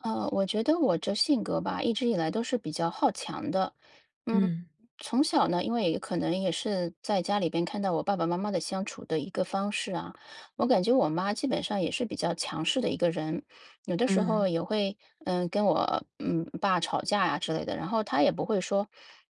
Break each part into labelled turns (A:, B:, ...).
A: 我觉得我这性格吧，一直以来都是比较好强的。嗯，
B: 嗯
A: 从小呢，因为可能也是在家里边看到我爸爸妈妈的相处的一个方式啊，我感觉我妈基本上也是比较强势的一个人，有的时
B: 嗯
A: 候也会跟我爸吵架呀、之类的，然后她也不会说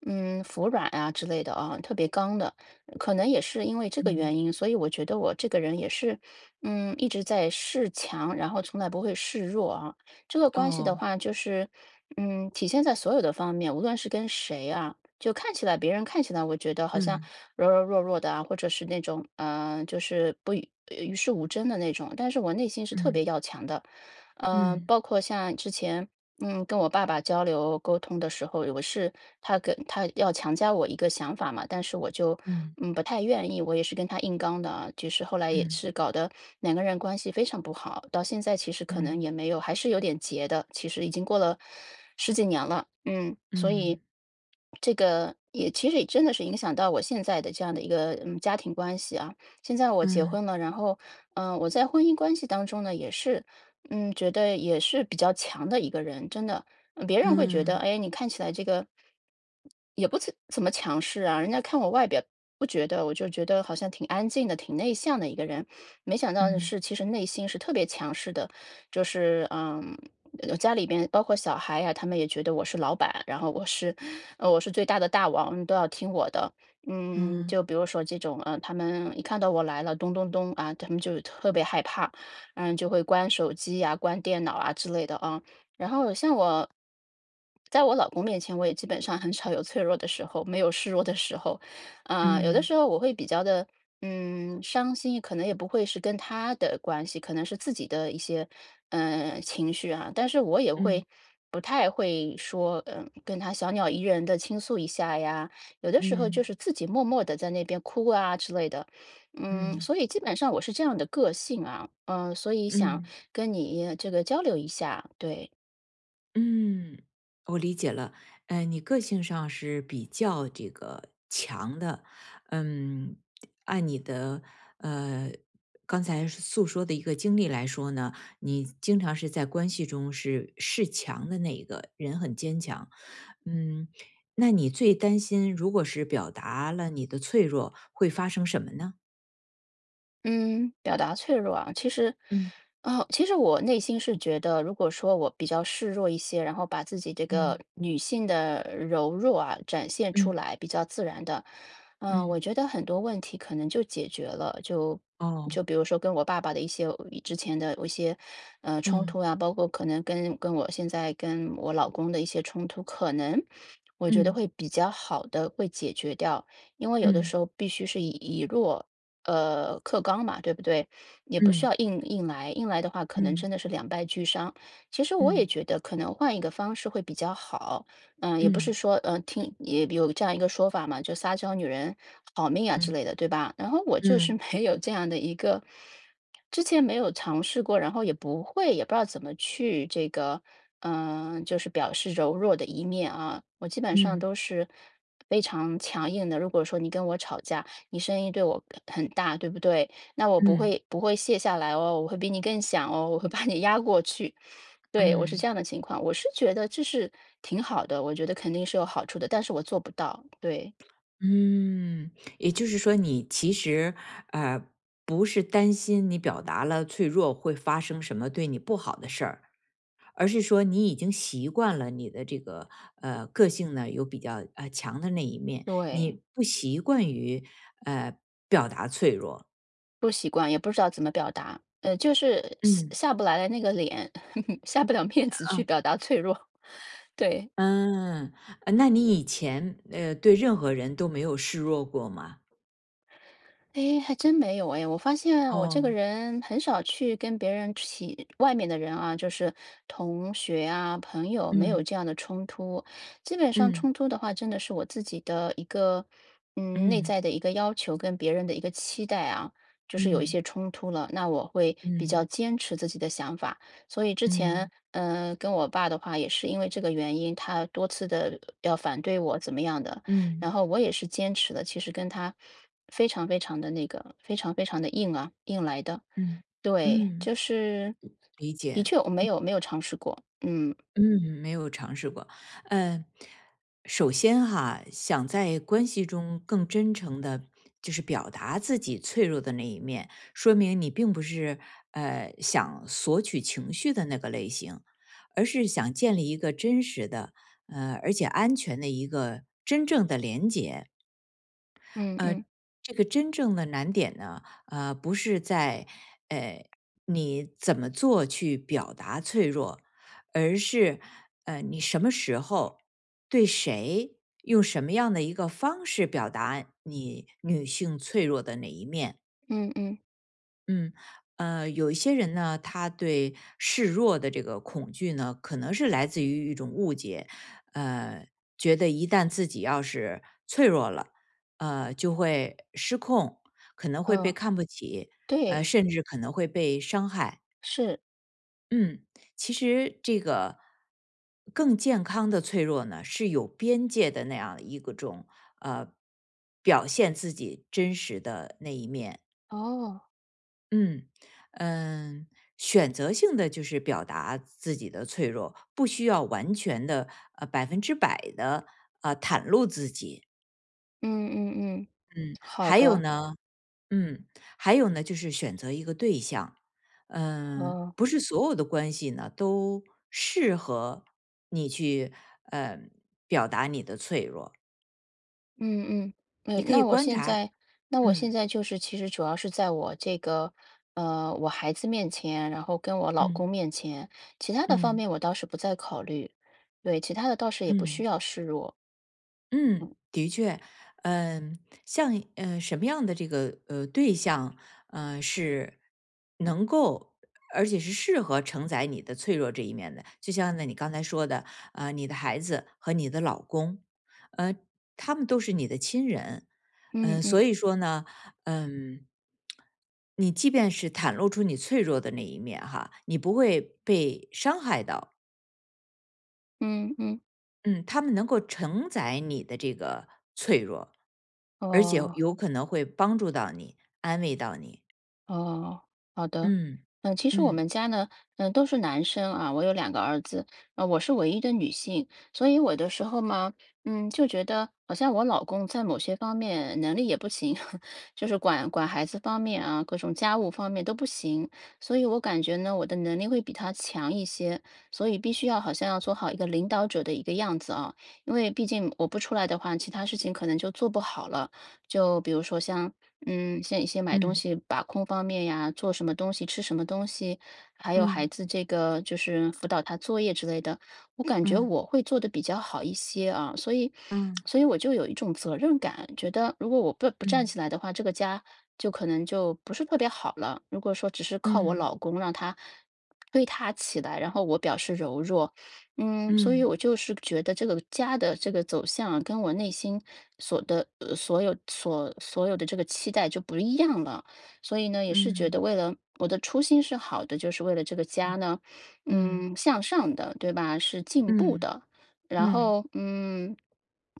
A: 服软啊之类的啊，特别刚的。可能也是因为这个
B: 嗯，
A: 原因，所以我觉得我这个人也是一直在示强，然后从来不会示弱啊。这个关系的
B: 哦，
A: 话，就是，体现在所有的方面，无论是跟谁啊，就看起来别人看起来，我觉得好像
B: 嗯
A: 柔柔弱弱的啊，或者是那种，就是不与世无争的那种，但是我内心是特
B: 嗯
A: 别要强的。
B: 嗯
A: 包括像之前，跟我爸爸交流沟通的时候，他跟他要强加我一个想法嘛，但是我就
B: 嗯
A: 不太愿意，我也是跟他硬刚的啊，就是后来也
B: 嗯
A: 是搞得两个人关系非常不好，到现在其实可
B: 嗯
A: 能也没有，还是有点结的，其实已经过了十几年了。嗯，所
B: 嗯
A: 以这个也其实也真的是影响到我现在的这样的一个家庭关系啊。现在我结
B: 嗯嗯
A: 婚了，然后我在婚姻关系当中呢也是。觉得也是比较强的一个人，真的。别人会觉得，
B: 嗯嗯
A: 哎，你看起来这个也不怎么强势啊，人家看我外表不觉得，我就觉得好像挺安静的、挺内向的一个人。没想到
B: 嗯
A: 是，其实内心是特别强势的，就是家里边包括小孩呀、他们也觉得我是老板，然后我是最大的大王，都要听我的。
B: 嗯
A: 就比如说这种，他们一看到我来了，咚咚咚啊，他们就特别害怕。就会关手机呀、关电脑啊之类的啊。然后像我，在我老公面前，我也基本上很少有脆弱的时候，没有示弱的时候。啊、有的
B: 嗯
A: 时候我会比较的，伤心，可能也不会是跟他的关系，可能是自己的一些，情绪啊。但是我也会不太会说，跟他小鸟依人的倾诉一下呀。有的时候就是自己默默的在那边哭啊之类的。
B: 嗯
A: 所以基本上我是这样的个性啊。嗯，所以想
B: 嗯
A: 跟你这个交流一下，对。
B: 嗯，我理解了。你个性上是比较这个强的，嗯，按你的呃刚才诉说的一个经历来说呢，你经常是在关系中是强的那一个人，很坚强。嗯，那你最担心如果是表达了你的脆弱，会发生什么呢？
A: 嗯，表达脆弱啊，
B: 嗯
A: 其实我内心是觉得，如果说我比较示弱一些，然后把自己这个
B: 嗯
A: 女性的柔弱啊展现出
B: 嗯
A: 来，比较自然的。我
B: 嗯
A: 觉得很多问题可能就解决了。就
B: 哦，
A: 就比如说跟我爸爸的一些之前的一些冲突
B: 嗯
A: 啊，包括可能跟我现在跟我老公的一些冲突，可能我觉得
B: 嗯
A: 会比较好的会解决掉。因为有的时
B: 嗯
A: 候必须是以弱课刚嘛，对不对？也不需
B: 嗯
A: 要硬来，硬来的话可能
B: 嗯
A: 真的是两败俱伤。其实我也
B: 嗯
A: 觉得可能换一个方式会比较好。也不是
B: 嗯
A: 说听也有这样一个说法嘛，就撒娇女人好命啊之
B: 嗯
A: 类的，对吧？然后我就是
B: 嗯
A: 没有这样的一个，之前没有尝试过，然后也不会，也不知道怎么去这个，就是表示柔弱的一面啊。我基本上
B: 嗯
A: 都是非常强硬的。如果说你跟我吵架，你声音对我很大，对不对？那我不
B: 嗯
A: 会不会卸下来哦，我会比你更响哦，我会把你压过去。对，我是
B: 嗯
A: 这样的情况，我是觉得这是挺好的，我觉得肯定是有好处的，但是我做不到。对
B: 嗯，也就是说，你其实呃不是担心你表达了脆弱会发生什么对你不好的事儿，而是说你已经习惯了你的这个个性呢有比较强的那一面，
A: 对，
B: 你不习惯于呃表达脆弱。
A: 不习惯，也不知道怎么表达，就是下
B: 嗯
A: 下不来的那个脸，下不了面子去表达脆弱。对。
B: 嗯，那你以前对任何人都没有示弱过吗？
A: 哎，还真没有哎！我发现我这个
B: 哦
A: 人很少去跟别人起外面的人啊，就是同学啊、朋友，没有
B: 嗯
A: 这样的冲突。基本上
B: 嗯
A: 冲突的话，真的是我自己的一个，内
B: 嗯
A: 在的一个要求跟别人的一个期待啊，就是有一
B: 嗯
A: 些冲突了，那我会比
B: 嗯
A: 较坚持自己的想法。所以之前，
B: 嗯
A: 跟我爸的话，也是因为这个原因，他多次的要反对我怎么样的。
B: 嗯
A: 然后
B: 嗯
A: 我也是坚持的，其实跟他非常非常的硬啊，硬来的。
B: 嗯
A: 对，
B: 嗯，
A: 就是
B: 理
A: 的
B: 解。
A: 确我没有尝试过。嗯
B: 嗯，没有尝试过。呃，首先哈，想在关系中更真诚的，就是表达自己脆弱的那一面，说明你并不是想索取情绪的那个类型，而是想建立一个真实的，而且安全的一个真正的连接。
A: 嗯，
B: 呃，
A: 嗯
B: 这个真正的难点呢，不是在呃你怎么做去表达脆弱，而是你什么时候对谁用什么样的一个方式表达你女性脆弱的哪一面。
A: 嗯，嗯，
B: 嗯，有一些人呢，他对示弱的这个恐惧呢，可能是来自于一种误解，呃，觉得一旦自己要是脆弱了，就会失控，可能会被
A: 嗯，
B: 看不起，
A: 对，
B: 甚至可能会被伤害。
A: 是，
B: 嗯，其实这个更健康的脆弱呢，是有边界的那样一个种呃，表现自己真实的那一面。
A: 哦，
B: 嗯嗯，选择性的就是表达自己的脆弱，不需要完全的100%的袒露自己。
A: 嗯嗯嗯，
B: 嗯，
A: 好
B: 还有
A: 的，
B: 呢，嗯，还有呢,就是选择一个对象，
A: 哦。
B: 不是所有的关系呢都适合你去呃表达你的脆弱，
A: 嗯嗯，
B: 你
A: 哎，
B: 可以
A: 那我
B: 观
A: 现
B: 察，
A: 在，
B: 嗯
A: 就是其实主要是在我这个，我孩子面前，然后跟我老
B: 嗯
A: 公面前，其他的方
B: 嗯
A: 面我倒是不再考虑，对，其他的倒是也不需
B: 嗯。
A: 要示弱。
B: 嗯，的确，嗯，像什么样的这个对象，是能够而且是适合承载你的脆弱这一面的，就像呢你刚才说的，你的孩子和你的老公，呃，他们都是你的亲人，
A: 嗯
B: 所
A: 嗯
B: 以说呢，嗯，你即便是袒露出你脆弱的那一面哈，你不会被伤害到，
A: 嗯嗯，
B: 嗯，他们能够承载你的这个脆弱，而且
A: 哦。
B: 有可能会帮助到你，安慰到你。
A: 哦，好的。
B: 嗯，
A: 其实我
B: 嗯，
A: 们家呢，都是男生啊，我有两个儿子。我是唯一的女性，所以我的时候嘛，就觉得好像我老公在某些方面能力也不行，就是管管孩子方面啊，各种家务方面都不行，所以我感觉呢，我的能力会比他强一些，所以必须要好像要做好一个领导者的一个样子啊，因为毕竟我不出来的话，其他事情可能就做不好了，就比如说像。像一些买东
B: 嗯，
A: 西把控方面呀，做什么东西，吃什么东西，还有孩
B: 嗯，
A: 子这个就是辅导他作业之类的，我感觉
B: 嗯，
A: 我会做的比较好一些啊，所以我就有一种责任感，觉得如果我不站
B: 嗯，
A: 起来的话，这个家就可能就不是特别好了。如果说只是
B: 嗯，
A: 靠我
B: 嗯，
A: 老公让他推他起来，然后我表示柔弱。所以
B: 嗯，
A: 我就是觉得这个家的这个走向啊，跟我内心所的呃所有所所有的这个期待就不一样了。所以呢，也是觉得
B: 嗯，
A: 为了我的初心是好的，就是为了这个家呢。向上的，对吧？是进步
B: 嗯，
A: 的。然后，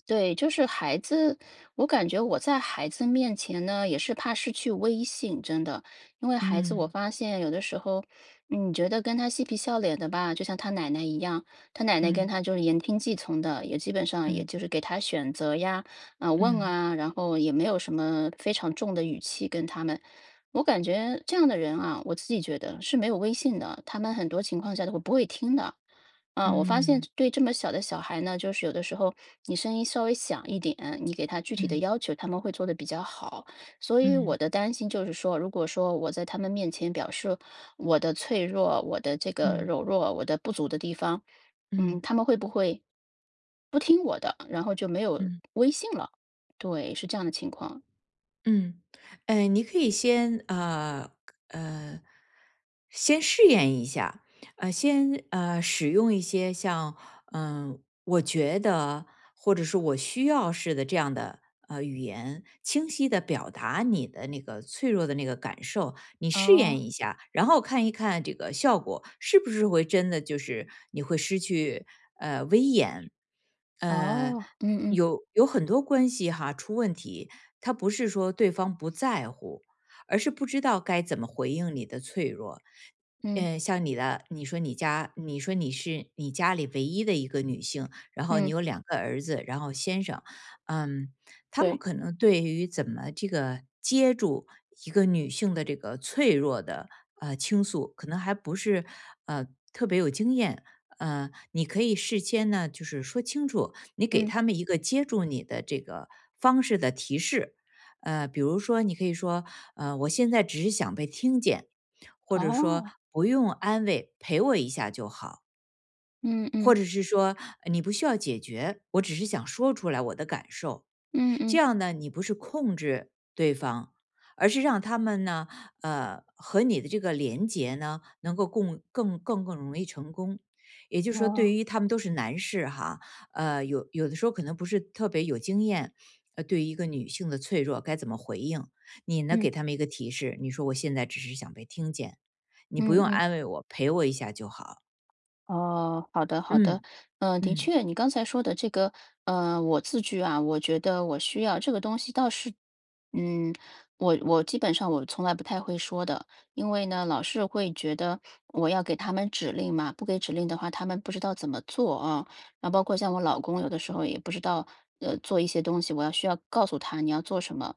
A: 对，就是孩子，我感觉我在孩子面前呢，也是怕失去威信，真的。因为孩子，我
B: 嗯，嗯，
A: 发现有的时候，你觉得跟他嬉皮笑脸的吧，就像他奶奶一样。他奶奶
B: 嗯，
A: 跟
B: 嗯，
A: 他就是言听计从的，也基本上也
B: 嗯，
A: 就是给他选择呀，啊、问
B: 嗯，
A: 啊，然后也没有什么非常重的语气跟他们。我感觉这样的人啊，我自己觉得是没有威信的，他们很多情况下都不会听的。啊，我发
B: 嗯，
A: 现
B: 嗯，
A: 对这么小的小孩呢，就是有的时候你声音稍微响一点，你给他具体的
B: 嗯，
A: 要求，他们会做的比较好。所以我
B: 嗯，
A: 的担心就是说，如果说我在他们面前表示我的脆弱、我的这个
B: 嗯，
A: 柔弱、我的不足的地方。
B: 嗯
A: 他们会不会不听我的，然后就没有
B: 嗯。
A: 微信了？对，是这样的情况。
B: 嗯，你可以呃，先试验一下，先使用一些像我觉得或者是我需要似的这样的语言，清晰的表达你的那个脆弱的那个感受，你试
A: 哦，
B: 验一下，然后看一看这个效果是不是会真的就是你会失去威严，呃，
A: 哦，嗯嗯
B: 有很多关系哈出问题。他不是说对方不在乎，而是不知道该怎么回应你的脆弱。
A: 嗯
B: 像你的，你说你家，你说你是你家里唯一的一个女性，然后你
A: 嗯，
B: 有2个儿子，然后先生，嗯，他们
A: 对，
B: 可能对于怎么这个接住一个女性的这个脆弱的倾诉，可能还不是呃特别有经验，你可以事先呢，就是说清楚，你给
A: 嗯，
B: 他们一个接住你的这个方式的提示。比如说，你可以说，我现在只是想被听见，或者说
A: 哦，
B: 不用安慰，陪我一下就好，
A: 嗯
B: 或
A: 嗯
B: 者是说你不需要解决，我只是想说出来我的感受。
A: 嗯
B: 这
A: 嗯，
B: 样呢，你不是控制对方，而是让他们呢，和你的这个连结呢，能够共更更更容易成功。也就是说，对
A: 哦，
B: 于他们都是男士哈，有的时候可能不是特别有经验，对于一个女性的脆弱该怎么回应，你呢
A: 嗯
B: 给他们一个提示，你说我现在只是想被听见，你不
A: 嗯
B: 用
A: 嗯。
B: 安慰我，陪我一下就好。
A: 哦，好的好的。
B: 嗯
A: 的
B: 嗯
A: 确，你刚才说的这个，我自居啊，我觉得我需要这个东西倒是。嗯，我基本上我从来不太会说的，因为呢，老是会觉得我要给他们指令嘛，不给指令的话，他们不知道怎么做啊。然后包括像我老公，有的时候也不知道，做一些东西，需要告诉他你要做什么。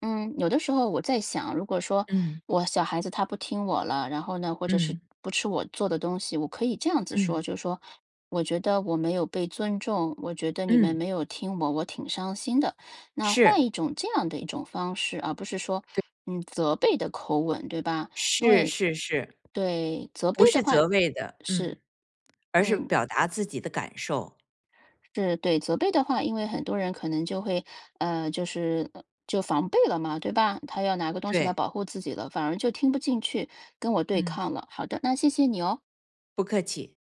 A: 有的时候我在想，如果说
B: 嗯
A: 我小孩子他不听我了，然后呢，或者是
B: 嗯
A: 不吃我做的东西，我可以这样子
B: 嗯
A: 说，就是说，我觉得我没有被尊重，我觉得你们
B: 嗯，
A: 没有听我，我挺伤心的。那换
B: 是
A: 一种这样的一种方式，而不是说，责备的口吻，对吧？因
B: 是
A: 为
B: 是是。
A: 对责备
B: 不
A: 的
B: 是
A: 话
B: 责备的，嗯。
A: 是，
B: 而是
A: 嗯，
B: 表达自己的感受，
A: 是对责备的话，因为很多人可能就会，就是就防备了嘛，对吧？他要拿个东西来
B: 对，
A: 保护自己了，反而就听不进去，跟我对
B: 嗯。
A: 抗了。好的，那谢谢你哦。
B: 不客气。